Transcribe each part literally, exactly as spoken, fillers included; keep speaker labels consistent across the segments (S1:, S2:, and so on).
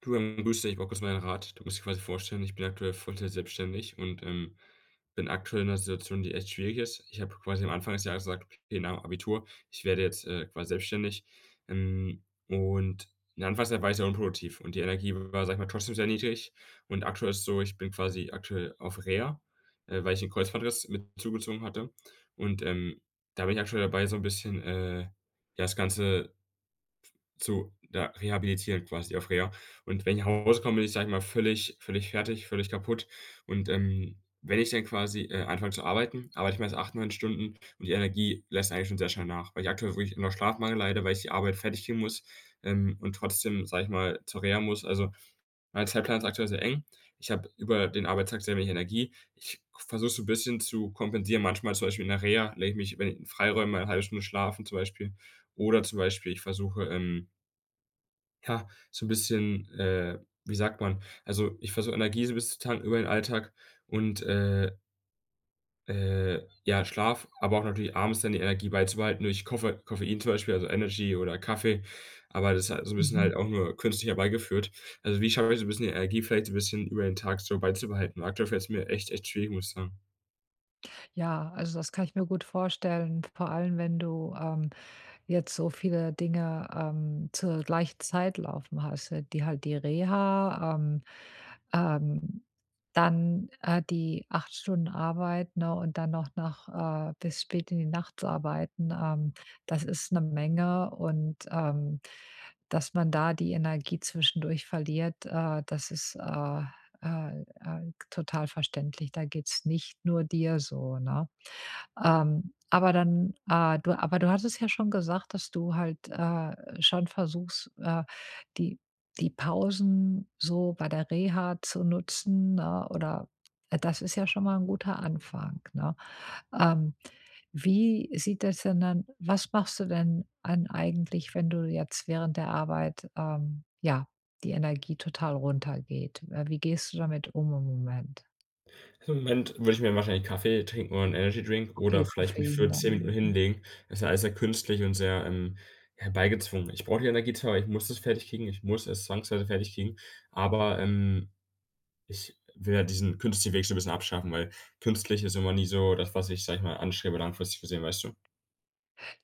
S1: Du, ähm, grüß dich, ich brauche kurz meinen Rat. Du musst dir quasi vorstellen, ich bin aktuell Vollzeit selbstständig und, ähm, bin aktuell in einer Situation, die echt schwierig ist. Ich habe quasi am Anfang des Jahres gesagt: „Okay, nach dem Abitur, ich werde jetzt, äh, quasi selbstständig." Ähm, und in der Anfangszeit war ich sehr unproduktiv und die Energie war, sage ich mal, trotzdem sehr niedrig. Und aktuell ist es so, ich bin quasi aktuell auf Reha, äh, weil ich einen Kreuzbandriss mit zugezogen hatte. Und, ähm, da bin ich aktuell dabei, so ein bisschen, äh, ja, das Ganze zu ja, rehabilitieren quasi auf Reha. Und wenn ich nach Hause komme, bin ich, sage ich mal, völlig völlig fertig, völlig kaputt. Und, ähm, wenn ich dann quasi, äh, anfange zu arbeiten, arbeite ich meist acht neun Stunden und die Energie lässt eigentlich schon sehr schnell nach, weil ich aktuell wirklich unter Schlafmangel leide, weil ich die Arbeit fertig kriegen muss, ähm, und trotzdem, sage ich mal, zur Reha muss. Also, mein Zeitplan ist aktuell sehr eng. Ich habe über den Arbeitstag sehr wenig Energie. Ich versuche so ein bisschen zu kompensieren. Manchmal zum Beispiel in der Reha lege ich mich, wenn ich in Freiräumen mal 'ne eine Stunde schlafen zum Beispiel oder zum Beispiel ich versuche, ähm ja, so ein bisschen, äh, wie sagt man also, ich versuche Energie so ein bisschen zu tanken über den Alltag und, äh, äh, ja, Schlaf, aber auch natürlich abends dann die Energie beizubehalten durch Koffe Koffein zum Beispiel, also Energy oder Kaffee, aber das ist halt so ein bisschen
S2: Mhm.
S1: halt auch nur künstlich herbeigeführt. Also, wie schaffe ich so ein bisschen die Energie vielleicht so ein bisschen über den Tag so beizubehalten? Aktuell fällt es mir echt, echt schwierig, muss ich sagen.
S2: Ja, also das kann ich mir gut vorstellen, vor allem wenn du ähm, jetzt so viele Dinge ähm, zur gleichen Zeit laufen hast, äh, die halt die Reha, ähm, ähm, dann äh, die acht Stunden Arbeit, ne, und dann noch nach, äh, bis spät in die Nacht zu arbeiten, ähm, das ist eine Menge, und ähm, dass man da die Energie zwischendurch verliert, äh, das ist äh, äh, äh, total verständlich. Da geht's nicht nur dir so, ne? Ähm, aber dann, äh, du aber du hattest ja schon gesagt, dass du halt, äh, schon versuchst, äh, die die Pausen so bei der Reha zu nutzen, ne, oder äh, das ist ja schon mal ein guter Anfang, ne? Ähm, wie sieht das denn dann Was machst du denn an eigentlich, wenn du jetzt während der Arbeit, ähm, ja, die Energie total runtergeht? Äh, wie gehst du damit um im Moment?
S1: Im Moment würde ich mir wahrscheinlich Kaffee trinken oder 'n Energy Drink oder
S2: Okay,
S1: vielleicht mich
S2: Koffein
S1: für zehn Minuten
S2: dann. Mhm.
S1: hinlegen. Das ist ja alles sehr künstlich und sehr, ähm, herbeigezwungen. Ich brauche die Energie zwar, ich muss es fertigkriegen, ich muss es zwangsweise fertigkriegen, aber, ähm, ich will ja diesen künstlichen Weg so 'n bisschen abschaffen, weil künstlich ist immer nie so das, was ich, sage ich mal, anstrebe langfristig gesehen, weißt du?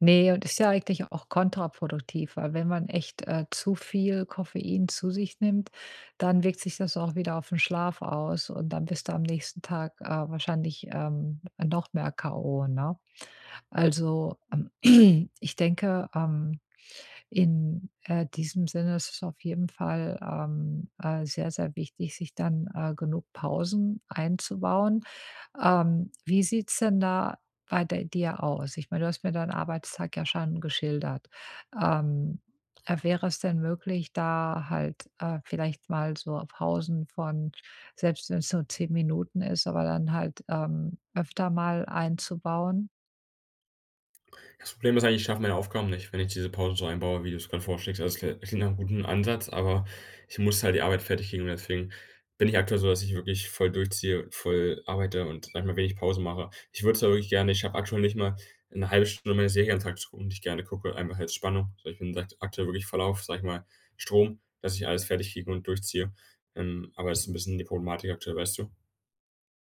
S2: Ne, und ist ja eigentlich auch kontraproduktiv, weil wenn man echt, äh, zu viel Koffein zu sich nimmt, dann wirkt sich das auch wieder auf den Schlaf aus und dann bist du am nächsten Tag, äh, wahrscheinlich, ähm, noch mehr k o, ne? Also, ähm, ich denke, ähm In, äh, diesem Sinne ist es auf jeden Fall, ähm, äh, sehr, sehr wichtig, sich dann, äh, genug Pausen einzubauen. Ähm, wie sieht's denn da bei de dir aus? Ich meine, du hast mir deinen Arbeitstag ja schon geschildert. Ähm, äh, Wäre es denn möglich, da halt, äh, vielleicht mal so Pausen von, selbst wenn es nur zehn Minuten ist, aber dann halt, ähm, öfter mal einzubauen?
S1: Das Problem ist eigentlich, ich schaffe meine Aufgaben nicht, wenn ich diese Pausen so einbaue, wie du's grad vorschlägst. Also, es kli klingt nach einem guten Ansatz, aber ich muss halt die Arbeit fertig kriegen und deswegen bin ich aktuell so, dass ich wirklich voll durchziehe, voll arbeite und, sage ich mal, wenig Pause mache. Ich würde es aber wirklich gerne ich schaffe aktuell nicht mal eine halbe Stunde meine Serie am Tag zu gucken, die ich gerne gucke, einfach als Spannung. So, ich bin akt aktuell wirklich voll auf, sage ich mal, Strom, dass ich alles fertig kriege und durchziehe. Ähm, aber das ist ein bisschen die Problematik aktuell, weißt du?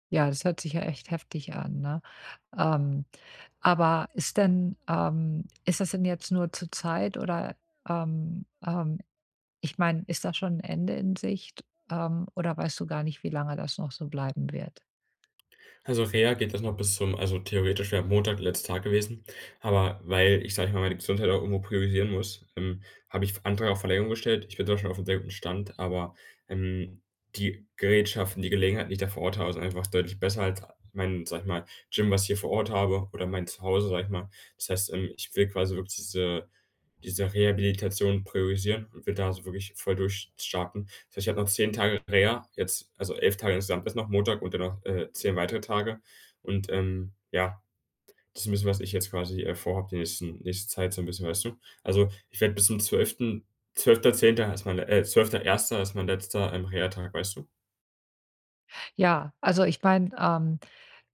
S2: Ja, das hört sich ja echt heftig an, ne? Ähm Aber ist denn ähm, ist das denn jetzt nur zur Zeit oder, ähm ähm, ich meine, ist da schon ein Ende in Sicht, ähm, oder weißt du gar nicht, wie lange das noch so bleiben wird?
S1: Also, Reha geht das noch bis zum also, theoretisch wäre Montag der letzte Tag gewesen, aber weil ich, sage ich mal, meine Gesundheit auch irgendwo priorisieren muss, ähm, habe ich Antrag auf Verlängerung gestellt. Ich bin zwar schon auf einem sehr guten Stand, aber, ähm, die Gerätschaften, die Gelegenheit, die ich da vor Ort habe, ist einfach deutlich besser als mein, sage ich mal, Gym, was ich hier vor Ort habe oder mein Zuhause, sage ich mal. Das heißt, ähm, ich will quasi wirklich diese diese Rehabilitation priorisieren und will da so wirklich voll durchstarten. Das heißt, ich habe noch zehn Tage Reha, jetzt also elf Tage insgesamt ist noch Montag und dann noch, äh, zehn weitere Tage. Und, ähm, ja, das ist ein bisschen, was ich jetzt quasi, äh, vorhabe die nächsten nächste Zeit so ein bisschen, weißt du? Also, ich werde bis zum zwölften. zwölften zehnten ist mein le äh, zwölften ersten ist mein letzter, ähm, Reha-Tag, weißt du?
S2: Ja, also ich meine, ähm,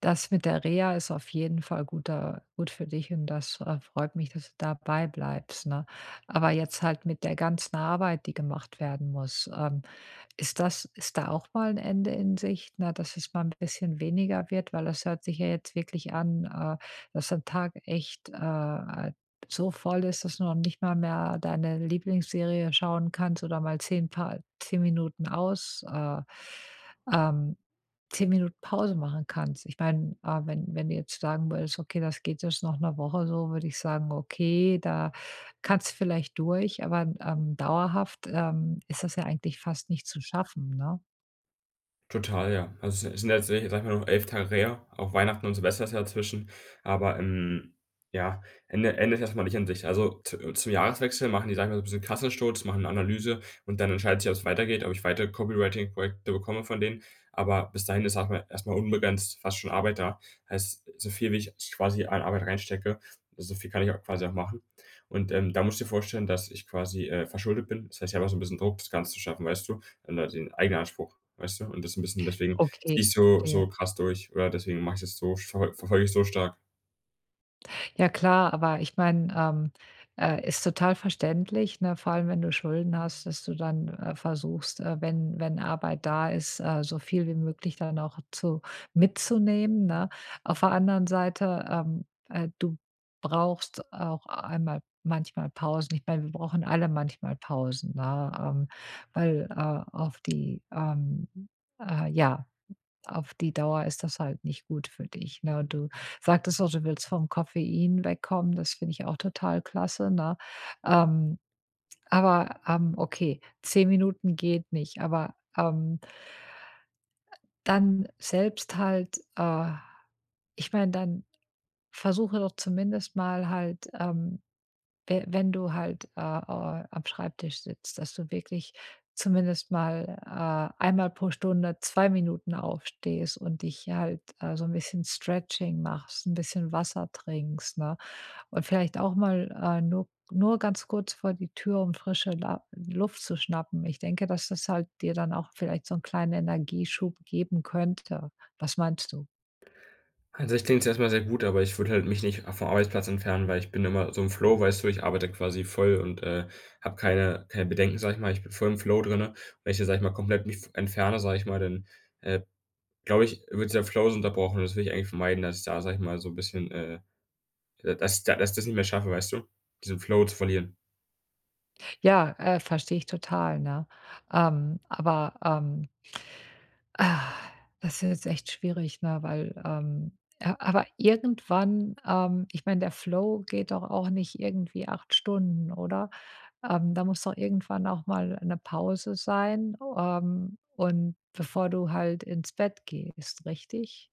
S2: das mit der Reha ist auf jeden Fall guter gut für dich, und das, äh, freut mich, dass du dabei bleibst, ne? Aber jetzt halt mit der ganzen Arbeit, die gemacht werden muss, ähm ist das ist da auch mal ein Ende in Sicht, na, dass es mal ein bisschen weniger wird? Weil das hört sich ja jetzt wirklich an, äh, dass ein Tag echt, äh, so voll ist, dass du noch nicht mal mehr deine Lieblingsserie schauen kannst oder mal zehn Pa zehn Minuten aus äh, ähm, zehn Minuten Pause machen kannst. Ich meine, äh, wenn wenn du jetzt sagen würdest: „Okay, das geht jetzt noch eine Woche so“, würde ich sagen: „Okay, da“ kannst vielleicht durch, aber, ähm, dauerhaft, ähm, ist das ja eigentlich fast nicht zu schaffen, ne?
S1: Total, ja. Also, es sind jetzt, sage ich mal, noch elf Tage her. Auch Weihnachten und Silvester ist ja dazwischen. Aber, ähm, ja, Ende Ende ist erstmal nicht in Sicht. Also, zu zum Jahreswechsel machen die, sage ich mal, so ein bisschen Kassensturz, machen 'ne Analyse und dann entscheidet sich, ob es weitergeht, ob ich weitere Copywriting-Projekte bekomme von denen. Aber bis dahin ist erst erstmal unbegrenzt fast schon Arbeit da. Heißt, so viel wie ich quasi an Arbeit reinstecke, so viel kann ich auch quasi auch machen. Und, ähm, da musst du dir vorstellen, dass ich quasi, äh, verschuldet bin. Das heißt, ich habe auch so ein bisschen Druck, das Ganze zu schaffen, weißt du? Und da den eigenen Anspruch. Weißt du? Und das 'n bisschen deswegen
S2: Okay,
S1: ziehe ich so
S2: verstehe.
S1: so krass durch oder deswegen mache ich das so verfol verfolge ich so stark.
S2: Ja klar, aber ich meine, ähm, äh, ist total verständlich, ne? Vor allem, wenn du Schulden hast, dass du dann, äh, versuchst, äh, wenn wenn Arbeit da ist, äh, so viel wie möglich dann auch zu mitzunehmen, ne? Auf der anderen Seite, ähm, äh, du brauchst auch einmal manchmal Pausen. Ich meine, wir brauchen alle manchmal Pausen, ne? Ähm, weil, äh, auf die, ähm, äh, ja, auf die Dauer ist das halt nicht gut für dich, ne? Und du sagtest auch, du willst vom Koffein wegkommen, das finde ich auch total klasse, ne? Ähm, aber, ähm, okay, zehn Minuten geht nicht, aber, ähm, dann selbst halt, äh ich meine, dann versuche doch zumindest mal halt, ähm we wenn du halt, äh, äh, am Schreibtisch sitzt, dass du wirklich zumindest mal, äh, einmal pro Stunde zwei Minuten aufstehst und dich halt, äh, so ein bisschen Stretching machst, ein bisschen Wasser trinkst, ne? Und vielleicht auch mal, äh, nur nur ganz kurz vor die Tür, um frische La Luft zu schnappen. Ich denke, dass das halt dir dann auch vielleicht so einen kleinen Energieschub geben könnte. Was meinst du?
S1: An sich klingt's erst mal sehr gut, aber ich würde halt mich nicht vom Arbeitsplatz entfernen, weil ich bin immer so im Flow, weißt du? Ich arbeite quasi voll und, äh, habe keine keine Bedenken, sage ich mal. Ich bin voll im Flow drinnen. Wenn ich jetzt, sage ich mal, komplett mich f entferne, sage ich mal, dann, äh, glaube ich, wird dieser Flow so unterbrochen und das will ich eigentlich vermeiden, dass ich da, sage ich mal, so 'n bisschen, äh dass ich da dass ich das nicht mehr schaffe, weißt du? Diesen Flow zu verlieren.
S2: Ja, äh, verstehe ich total, ne? Ähm, aber, ähm, Ah, das ist jetzt echt schwierig, ne, weil, ähm a aber irgendwann, ähm ich meine, der Flow geht doch auch nicht irgendwie acht Stunden, oder? Ähm, da muss doch irgendwann auch mal eine Pause sein, ähm, und bevor du halt ins Bett gehst, richtig?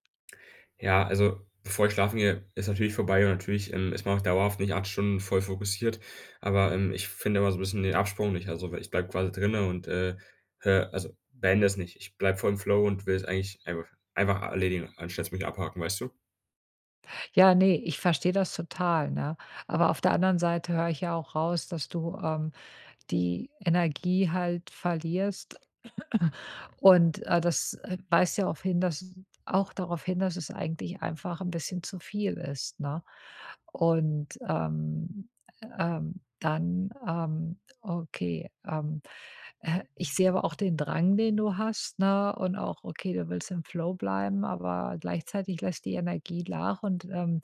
S1: Ja, also bevor ich schlafen gehe, ist natürlich vorbei und natürlich, ähm, ist man auch dauerhaft nicht acht Stunden voll fokussiert, aber, ähm, ich finde immer so ein bisschen den Absprung nicht. Also, weil ich bleibe quasi drinne und, äh, hö also beende es nicht. Ich bleibe voll im Flow und will es eigentlich einfach einfach erledigen, anstatt mich abhaken, weißt du?
S2: Ja, nee, ich verstehe das total, ne? Aber auf der anderen Seite höre ich ja auch raus, dass du, ähm, die Energie halt verlierst, und, äh, das, äh, weist ja auf hin, dass auch darauf hin, dass es eigentlich einfach ein bisschen zu viel ist, ne? Und, ähm, äh, ähm, dann, ähm Okay, ähm, äh, ich sehe aber auch den Drang, den du hast, ne? Und auch, okay, du willst im Flow bleiben, aber gleichzeitig lässt die Energie nach, und ähm,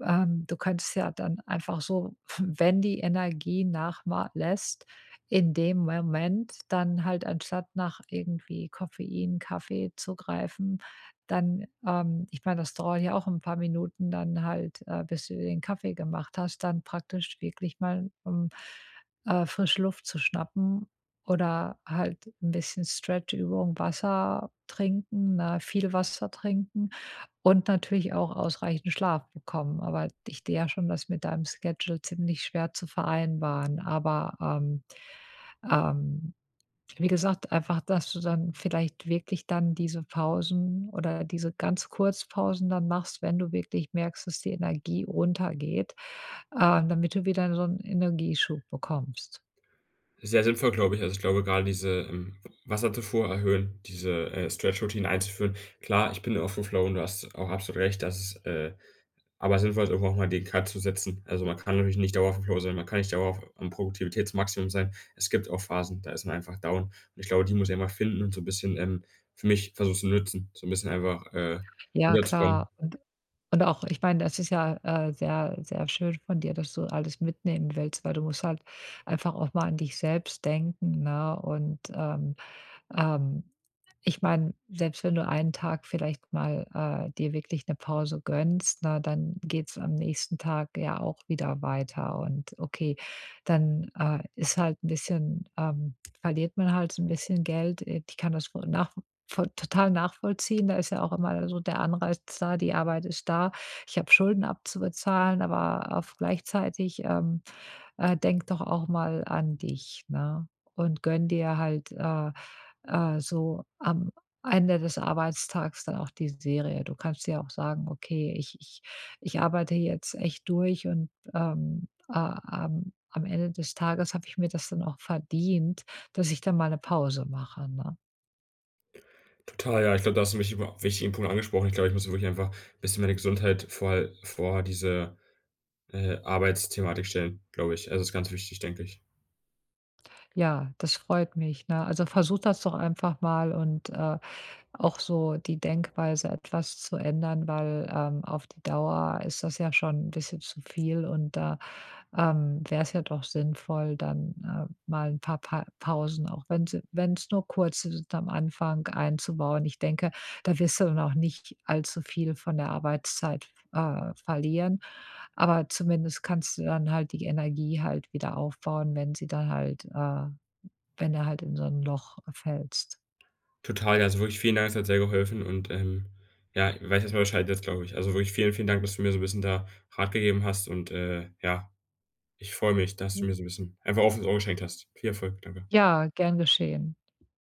S2: ähm, du könntest ja dann einfach so, wenn die Energie nachlässt, in dem Moment dann halt, anstatt nach irgendwie Koffein, Kaffee zu greifen, dann, ähm, ich meine, das dauert ja auch ein paar Minuten dann halt, äh, bis du den Kaffee gemacht hast, dann praktisch wirklich mal, ähm, äh, frische Luft zu schnappen oder halt ein bisschen Stretchübung, Wasser trinken, ne, viel Wasser trinken und natürlich auch ausreichend Schlaf bekommen. Aber ich sehe ja schon, das mit deinem Schedule ziemlich schwer zu vereinbaren. Aber, ähm, ähm, wie gesagt, einfach, dass du dann vielleicht wirklich dann diese Pausen oder diese ganz Kurzpausen dann machst, wenn du wirklich merkst, dass die Energie runtergeht, ähm, damit du wieder so einen Energieschub bekommst.
S1: Sehr sinnvoll, glaube ich. Also, ich glaube, gerade diese, ähm, Wasserzufuhr erhöhen, diese, äh, Stretch-Routinen einzuführen. Klar, ich bin auf dem Flow und du hast auch absolut recht, dass es, äh aber sinnvoll ist irgendwo auch mal den Cut zu setzen. Also, man kann natürlich nicht dauerhaft auf dem sein, man kann nicht dauerhaft am Produktivitätsmaximum sein. Es gibt auch Phasen, da ist man einfach down. Und ich glaube, die muss ich einfach finden und so ein bisschen, ähm, für mich versuchen zu nutzen, so ein bisschen einfach, äh,
S2: Ja,
S1: runterzukommen.
S2: klar. Und auch, ich meine, das ist ja, äh, sehr, sehr schön von dir, dass du alles mitnehmen willst, weil du musst halt einfach auch mal an dich selbst denken, ne? Und, ähm, ähm ich meine, selbst wenn du einen Tag vielleicht mal, äh, dir wirklich eine Pause gönnst, na dann geht's am nächsten Tag ja auch wieder weiter, und okay, dann, äh, ist halt ein bisschen ähm, verliert man halt so 'n bisschen Geld. Äh, ich kann das voll nach voll total nachvollziehen. Da ist ja auch immer so der Anreiz da, die Arbeit ist da. Ich habe Schulden abzubezahlen, aber auf gleichzeitig, ähm äh, denk doch auch mal an dich, ne? Und gönn dir halt, äh, äh, so am Ende des Arbeitstags dann auch die Serie. Du kannst ja auch sagen: „Okay, ich ich ich arbeite jetzt echt durch, und, ähm, äh, am am Ende des Tages habe ich mir das dann auch verdient, dass ich dann mal eine Pause mache“, ne?
S1: Total, ja. Ich glaube, da hast du 'n wichtigen wichtigen Punkt angesprochen. Ich glaube, ich muss wirklich einfach ein bisschen meine Gesundheit vor vor diese, äh, Arbeitsthematik stellen, glaube ich. Also, das ist ganz wichtig, denke ich.
S2: Ja, das freut mich, ne? Also, versuch das doch einfach mal und, äh, auch so die Denkweise etwas zu ändern, weil, ähm, auf die Dauer ist das ja schon ein bisschen zu viel, und da, ähm, wäre es ja doch sinnvoll, dann, äh, mal ein paar Pa Pausen, auch wenn sie wenn's nur kurze sind, am Anfang einzubauen. Ich denke, da wirst du dann auch nicht allzu viel von der Arbeitszeit, äh, verlieren, aber zumindest kannst du dann halt die Energie halt wieder aufbauen, wenn sie dann halt, äh wenn er halt in so 'n Loch fällst.
S1: Total, ja, also wirklich vielen Dank, es hat sehr geholfen und, ähm, ja, weiß erst mal Bescheid jetzt, glaube ich. Also wirklich vielen, vielen Dank, dass du mir so ein bisschen da Rat gegeben hast und, äh, ja, ich freue mich, dass du
S2: Mhm.
S1: mir so ein bisschen einfach offenes Ohr geschenkt hast. Viel Erfolg, danke.
S2: Ja, gern geschehen.